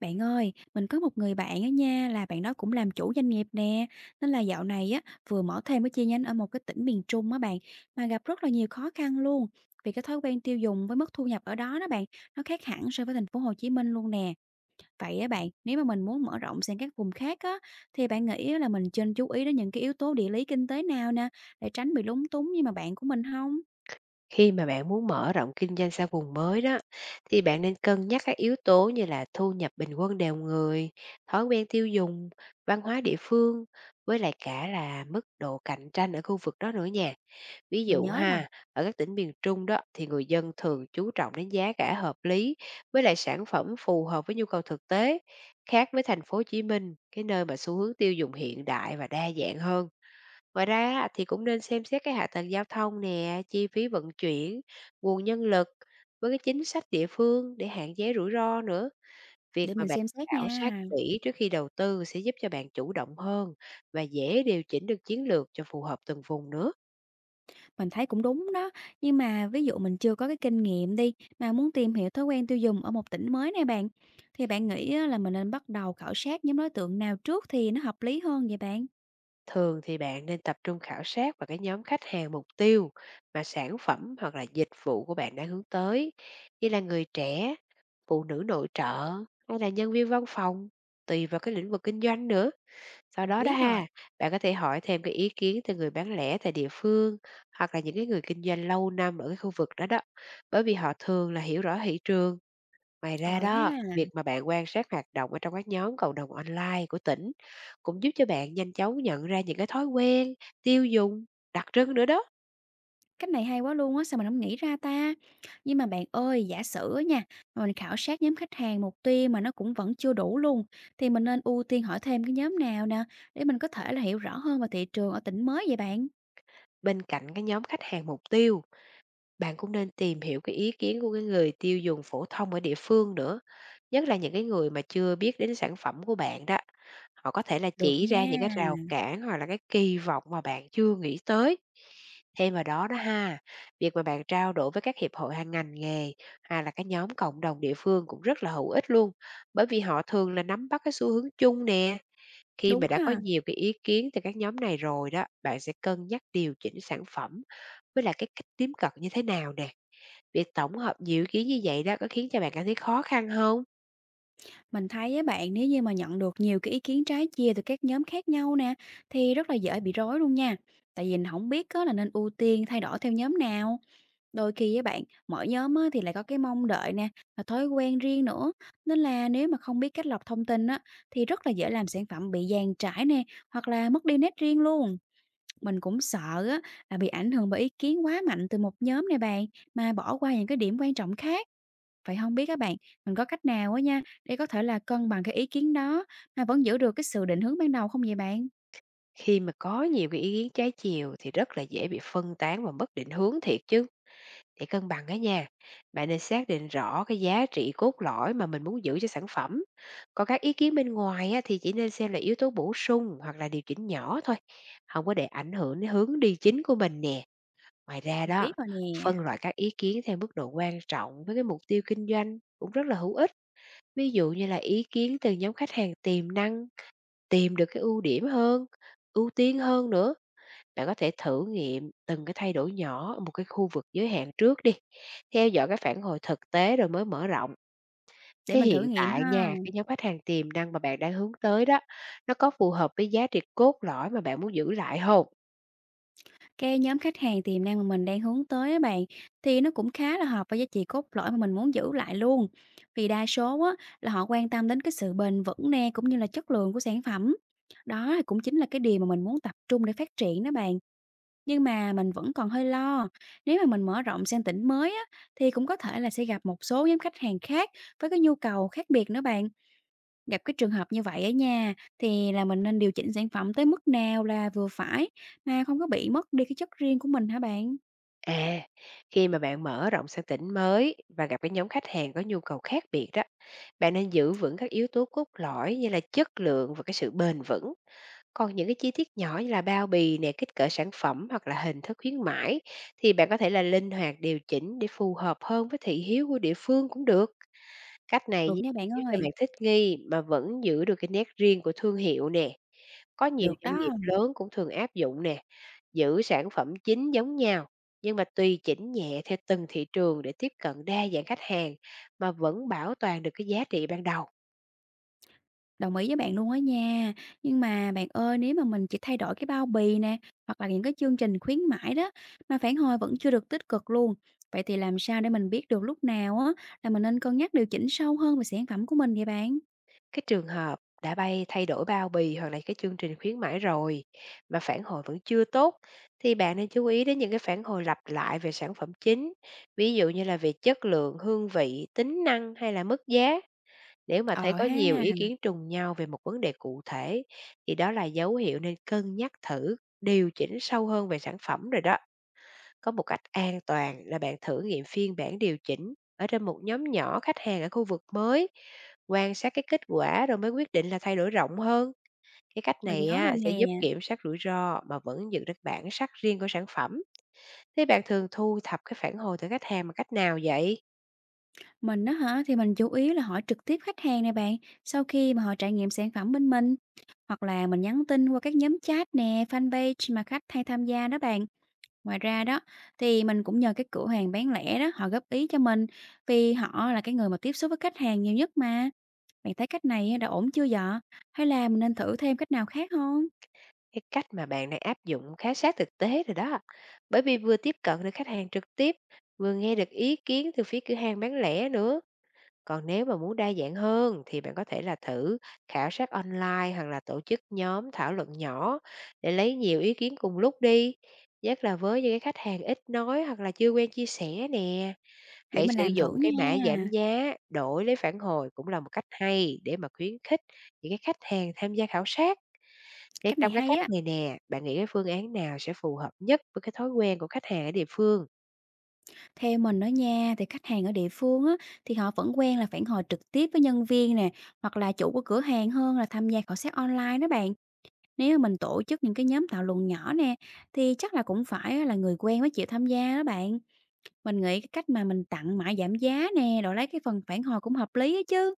Bạn ơi, mình có một người bạn á nha, là bạn đó cũng làm chủ doanh nghiệp nè, nên là dạo này á vừa mở thêm cái chi nhánh ở một cái tỉnh miền Trung á bạn, mà gặp rất là nhiều khó khăn luôn. Vì cái thói quen tiêu dùng với mức thu nhập ở đó đó bạn, nó khác hẳn so với thành phố Hồ Chí Minh luôn nè. Vậy á bạn, nếu mà mình muốn mở rộng sang các vùng khác á thì bạn nghĩ là mình nên chú ý đến những cái yếu tố địa lý kinh tế nào nè để tránh bị lúng túng như mà bạn của mình không? Khi mà bạn muốn mở rộng kinh doanh sang vùng mới đó, thì bạn nên cân nhắc các yếu tố như là thu nhập bình quân đầu người, thói quen tiêu dùng, văn hóa địa phương, với lại cả là mức độ cạnh tranh ở khu vực đó nữa nha. Ví Mình dụ nhớ rồi, ha, ở các tỉnh miền Trung đó thì người dân thường chú trọng đến giá cả hợp lý với lại sản phẩm phù hợp với nhu cầu thực tế, khác với thành phố Hồ Chí Minh, cái nơi mà xu hướng tiêu dùng hiện đại và đa dạng hơn. Ngoài ra á, thì cũng nên xem xét cái hạ tầng giao thông nè, chi phí vận chuyển, nguồn nhân lực với cái chính sách địa phương để hạn chế rủi ro nữa. Việc để mà mình bạn xem xét khảo sát nha. kỹ trước khi đầu tư sẽ giúp cho bạn chủ động hơn và dễ điều chỉnh được chiến lược cho phù hợp từng vùng nữa. Mình thấy cũng đúng đó, nhưng mà ví dụ mình chưa có cái kinh nghiệm đi, mà muốn tìm hiểu thói quen tiêu dùng ở một tỉnh mới này bạn, thì bạn nghĩ á là mình nên bắt đầu khảo sát nhóm đối tượng nào trước thì nó hợp lý hơn vậy bạn? Thường thì bạn nên tập trung khảo sát vào cái nhóm khách hàng mục tiêu mà sản phẩm hoặc là dịch vụ của bạn đang hướng tới, như là người trẻ, phụ nữ nội trợ hay là nhân viên văn phòng, tùy vào cái lĩnh vực kinh doanh nữa. Sau Mình đó đó biết rồi, ha, bạn có thể hỏi thêm cái ý kiến từ người bán lẻ tại địa phương hoặc là những cái người kinh doanh lâu năm ở cái khu vực đó đó, bởi vì họ thường là hiểu rõ thị trường. Ngoài ra ờ đó, ha, việc mà bạn quan sát hoạt động ở trong các nhóm cộng đồng online của tỉnh cũng giúp cho bạn nhanh chóng nhận ra những cái thói quen, tiêu dùng, đặc trưng nữa đó. cách này hay quá luôn á, sao mình không nghĩ ra ta? Nhưng mà bạn ơi, giả sử á nha, mà mình khảo sát nhóm khách hàng mục tiêu mà nó cũng vẫn chưa đủ luôn, thì mình nên ưu tiên hỏi thêm cái nhóm nào nè, để mình có thể là hiểu rõ hơn về thị trường ở tỉnh mới vậy bạn? Bên cạnh cái nhóm khách hàng mục tiêu, bạn cũng nên tìm hiểu cái ý kiến của cái người tiêu dùng phổ thông ở địa phương nữa. Nhất là những cái người mà chưa biết đến sản phẩm của bạn đó, họ có thể là Được chỉ ra những cái nha, rào cản hoặc là cái kỳ vọng mà bạn chưa nghĩ tới. Thêm vào đó đó ha, việc mà bạn trao đổi với các hiệp hội hàng ngành nghề hay là cái nhóm cộng đồng địa phương cũng rất là hữu ích luôn, bởi vì họ thường là nắm bắt cái xu hướng chung nè. Khi đúng mà đã có ha. nhiều cái ý kiến từ các nhóm này rồi đó, bạn sẽ cân nhắc điều chỉnh sản phẩm với là cái cách tiếp cận như thế nào nè. Việc tổng hợp nhiều ý kiến như vậy đó có khiến cho bạn cảm thấy khó khăn không? Mình thấy á bạn, nếu như mà nhận được nhiều cái ý kiến trái chia từ các nhóm khác nhau nè, thì rất là dễ bị rối luôn nha. Tại vì mình hổng biết á là nên ưu tiên thay đổi theo nhóm nào. Đôi khi với bạn, mỗi nhóm á thì lại có cái mong đợi nè, và thói quen riêng nữa. Nên là nếu mà không biết cách lọc thông tin á, thì rất là dễ làm sản phẩm bị dàn trải nè, hoặc là mất đi nét riêng luôn. Mình cũng sợ á là bị ảnh hưởng bởi ý kiến quá mạnh từ một nhóm này bạn, mà bỏ qua những cái điểm quan trọng khác. Vậy không biết các bạn, mình có cách nào á nha, để có thể là cân bằng cái ý kiến đó, mà vẫn giữ được cái sự định hướng ban đầu không vậy bạn? Khi mà có nhiều cái ý kiến trái chiều thì rất là dễ bị phân tán và mất định hướng thiệt chứ. Để cân bằng á nha, bạn nên xác định rõ cái giá trị cốt lõi mà mình muốn giữ cho sản phẩm. Còn các ý kiến bên ngoài á, thì chỉ nên xem là yếu tố bổ sung hoặc là điều chỉnh nhỏ thôi, không có để ảnh hưởng đến hướng đi chính của mình nè. Ngoài ra Mình đó, biết rồi nè, phân loại các ý kiến theo mức độ quan trọng với cái mục tiêu kinh doanh cũng rất là hữu ích. Ví dụ như là ý kiến từ nhóm khách hàng tiềm năng, tìm được cái ưu điểm hơn, ưu tiên hơn nữa. Bạn có thể thử nghiệm từng cái thay đổi nhỏ ở một cái khu vực giới hạn trước đi, theo dõi cái phản hồi thực tế rồi mới mở rộng. để Thế mình thử hiện nghiệm tại ha. nha, cái nhóm khách hàng tiềm năng mà bạn đang hướng tới đó, nó có phù hợp với giá trị cốt lõi mà bạn muốn giữ lại không? Cái nhóm khách hàng tiềm năng mà mình đang hướng tới á bạn, thì nó cũng khá là hợp với giá trị cốt lõi mà mình muốn giữ lại luôn. Vì đa số á, là họ quan tâm đến cái sự bền vững nè, cũng như là chất lượng của sản phẩm. Đó cũng chính là cái điều mà mình muốn tập trung để phát triển đó bạn. Nhưng mà mình vẫn còn hơi lo, nếu mà mình mở rộng sang tỉnh mới á, thì cũng có thể là sẽ gặp một số nhóm khách hàng khác với cái nhu cầu khác biệt nữa bạn. Gặp cái trường hợp như vậy ở nhà thì là mình nên điều chỉnh sản phẩm tới mức nào là vừa phải mà không có bị mất đi cái chất riêng của mình hả bạn? À, khi mà bạn mở rộng sang tỉnh mới và gặp cái nhóm khách hàng có nhu cầu khác biệt đó, bạn nên giữ vững các yếu tố cốt lõi như là chất lượng và cái sự bền vững. Còn những cái chi tiết nhỏ như là bao bì nè, kích cỡ sản phẩm hoặc là hình thức khuyến mãi thì bạn có thể là linh hoạt điều chỉnh để phù hợp hơn với thị hiếu của địa phương cũng được. Cách này Được nha bạn giúp cho ơi, bạn thích nghi mà vẫn giữ được cái nét riêng của thương hiệu nè. Có nhiều được đó. doanh nghiệp lớn cũng thường áp dụng nè, giữ sản phẩm chính giống nhau nhưng mà tùy chỉnh nhẹ theo từng thị trường để tiếp cận đa dạng khách hàng mà vẫn bảo toàn được cái giá trị ban đầu. Đồng ý với bạn luôn á nha. Nhưng mà bạn ơi, nếu mà mình chỉ thay đổi cái bao bì nè, hoặc là những cái chương trình khuyến mãi đó, mà phản hồi vẫn chưa được tích cực luôn, vậy thì làm sao để mình biết được lúc nào á là mình nên cân nhắc điều chỉnh sâu hơn về sản phẩm của mình vậy bạn? Cái trường hợp đã bay thay đổi bao bì hoặc là cái chương trình khuyến mãi rồi mà phản hồi vẫn chưa tốt thì bạn nên chú ý đến những cái phản hồi lặp lại về sản phẩm chính, ví dụ như là về chất lượng, hương vị, tính năng hay là mức giá. Nếu mà thấy Ờ có ha, nhiều ý kiến trùng nhau về một vấn đề cụ thể thì đó là dấu hiệu nên cân nhắc thử, điều chỉnh sâu hơn về sản phẩm rồi đó. Có một cách an toàn là bạn thử nghiệm phiên bản điều chỉnh ở trên một nhóm nhỏ khách hàng ở khu vực mới, quan sát cái kết quả rồi mới quyết định là thay đổi rộng hơn. Cái cách mình này nhớ rồi á, sẽ nè. giúp kiểm soát rủi ro mà vẫn giữ được bản sắc riêng của sản phẩm. Thế bạn thường thu thập cái phản hồi từ khách hàng bằng cách nào vậy? Mình đó hả, thì mình chủ yếu là hỏi trực tiếp khách hàng nè bạn, sau khi mà họ trải nghiệm sản phẩm bên mình. Hoặc là mình nhắn tin qua các nhóm chat nè, fanpage mà khách hay tham gia đó bạn. Ngoài ra đó, thì mình cũng nhờ cái cửa hàng bán lẻ đó, họ góp ý cho mình, vì họ là cái người mà tiếp xúc với khách hàng nhiều nhất mà. Bạn thấy cách này á đã ổn chưa vậy? Hay là mình nên thử thêm cách nào khác không? Cái cách mà bạn đang áp dụng khá sát thực tế rồi đó. Bởi vì vừa tiếp cận được khách hàng trực tiếp, vừa nghe được ý kiến từ phía cửa hàng bán lẻ nữa. Còn nếu mà muốn đa dạng hơn thì bạn có thể là thử khảo sát online hoặc là tổ chức nhóm thảo luận nhỏ để lấy nhiều ý kiến cùng lúc đi. Nhất là với những cái khách hàng ít nói hoặc là chưa quen chia sẻ nè. Để Hãy mình sử làm dụng thử cái mã giảm nha. giá đổi lấy phản hồi cũng là một cách hay để mà khuyến khích những cái khách hàng tham gia khảo sát. Để Cách này trong các hay cách á. này nè, bạn nghĩ cái phương án nào sẽ phù hợp nhất với cái thói quen của khách hàng ở địa phương? Theo mình đó nha, thì khách hàng ở địa phương á, thì họ vẫn quen là phản hồi trực tiếp với nhân viên nè, hoặc là chủ của cửa hàng hơn là tham gia khảo sát online đó bạn. Nếu mà mình tổ chức những cái nhóm thảo luận nhỏ nè, thì chắc là cũng phải á là người quen mới chịu tham gia đó bạn. Mình nghĩ cái cách mà mình tặng mãi giảm giá nè, rồi lấy cái phần phản hồi cũng hợp lý ấy chứ.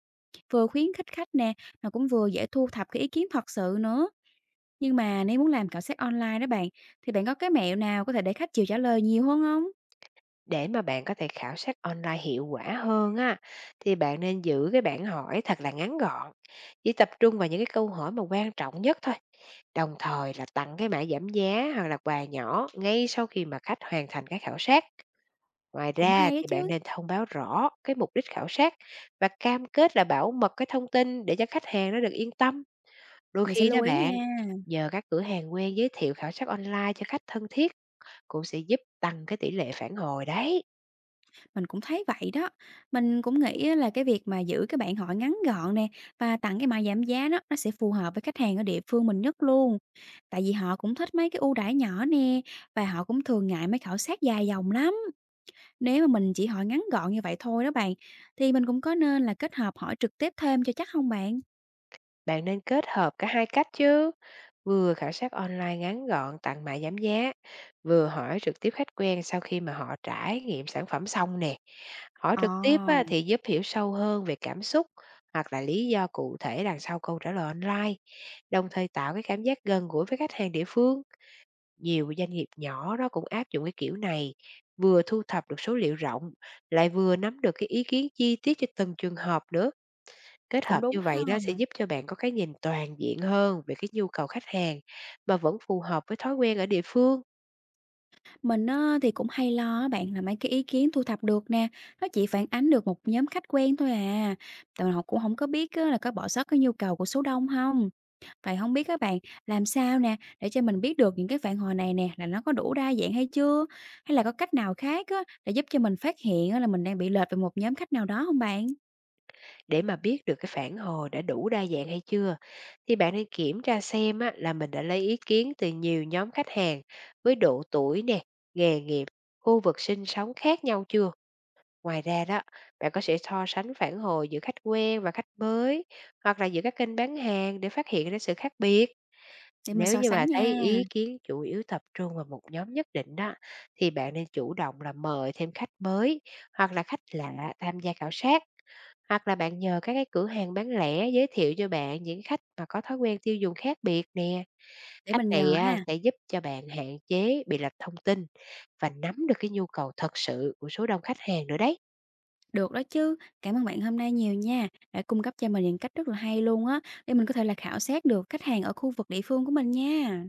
Vừa khuyến khích khách nè, mà cũng vừa dễ thu thập cái ý kiến thật sự nữa. Nhưng mà nếu muốn làm khảo sát online đó bạn, thì bạn có cái mẹo nào có thể để khách chịu trả lời nhiều hơn không? Để mà bạn có thể khảo sát online hiệu quả hơn á, thì bạn nên giữ cái bảng hỏi thật là ngắn gọn, chỉ tập trung vào những cái câu hỏi mà quan trọng nhất thôi. Đồng thời là tặng cái mã giảm giá hoặc là quà nhỏ ngay sau khi mà khách hoàn thành cái khảo sát. Ngoài Cũng ra hay á thì bạn chứ, nên thông báo rõ cái mục đích khảo sát và cam kết là bảo mật cái thông tin để cho khách hàng nó được yên tâm. Đôi mình sẽ khi lưu đó ý nha. bạn, nhờ các cửa hàng quen giới thiệu khảo sát online cho khách thân thiết cũng sẽ giúp tăng cái tỷ lệ phản hồi đấy. Mình cũng thấy vậy đó. Mình cũng nghĩ á là cái việc mà giữ cái bạn hỏi ngắn gọn nè và tặng cái mã giảm giá đó nó sẽ phù hợp với khách hàng ở địa phương mình nhất luôn. Tại vì họ cũng thích mấy cái ưu đãi nhỏ nè và họ cũng thường ngại mấy khảo sát dài dòng lắm. Nếu mà mình chỉ hỏi ngắn gọn như vậy thôi đó bạn, thì mình cũng có nên là kết hợp hỏi trực tiếp thêm cho chắc không bạn? Bạn nên kết hợp cả hai cách chứ. Vừa khảo sát online ngắn gọn tặng mã giảm giá, vừa hỏi trực tiếp khách quen sau khi mà họ trải nghiệm sản phẩm xong nè. Hỏi Ờ, trực tiếp á, thì giúp hiểu sâu hơn về cảm xúc hoặc là lý do cụ thể đằng sau câu trả lời online, đồng thời tạo cái cảm giác gần gũi với khách hàng địa phương. Nhiều doanh nghiệp nhỏ đó cũng áp dụng cái kiểu này, vừa thu thập được số liệu rộng, lại vừa nắm được cái ý kiến chi tiết cho từng trường hợp nữa. Kết cũng hợp đúng như ha. vậy đó sẽ giúp cho bạn có cái nhìn toàn diện hơn về cái nhu cầu khách hàng mà vẫn phù hợp với thói quen ở địa phương. Mình á, thì cũng hay lo á bạn là mấy cái ý kiến thu thập được nè, nó chỉ phản ánh được một nhóm khách quen thôi à, tại mình cũng không có biết á, là có bỏ sót cái nhu cầu của số đông không. Vậy không biết các bạn, làm sao nè, để cho mình biết được những cái phản hồi này nè, là nó có đủ đa dạng hay chưa? Hay là có cách nào khác á, để giúp cho mình phát hiện á, là mình đang bị lệch về một nhóm khách nào đó không bạn? Để mà biết được cái phản hồi đã đủ đa dạng hay chưa, thì bạn nên kiểm tra xem á, là mình đã lấy ý kiến từ nhiều nhóm khách hàng với độ tuổi nè, nghề nghiệp, khu vực sinh sống khác nhau chưa. Ngoài ra đó, bạn có thể so sánh phản hồi giữa khách quen và khách mới hoặc là giữa các kênh bán hàng để phát hiện ra sự khác biệt. Để mình Nếu so như sánh mà thấy nha. ý kiến chủ yếu tập trung vào một nhóm nhất định đó, thì bạn nên chủ động là mời thêm khách mới hoặc là khách lạ tham gia khảo sát, hoặc là bạn nhờ các cái cửa hàng bán lẻ giới thiệu cho bạn những khách mà có thói quen tiêu dùng khác biệt nè. Để Cách mình này nhờ á, ha. sẽ giúp cho bạn hạn chế bị lệch thông tin và nắm được cái nhu cầu thật sự của số đông khách hàng nữa đấy. Được đó chứ. Cảm ơn bạn hôm nay nhiều nha, đã cung cấp cho mình những cách rất là hay luôn á, để mình có thể là khảo sát được khách hàng ở khu vực địa phương của mình nha.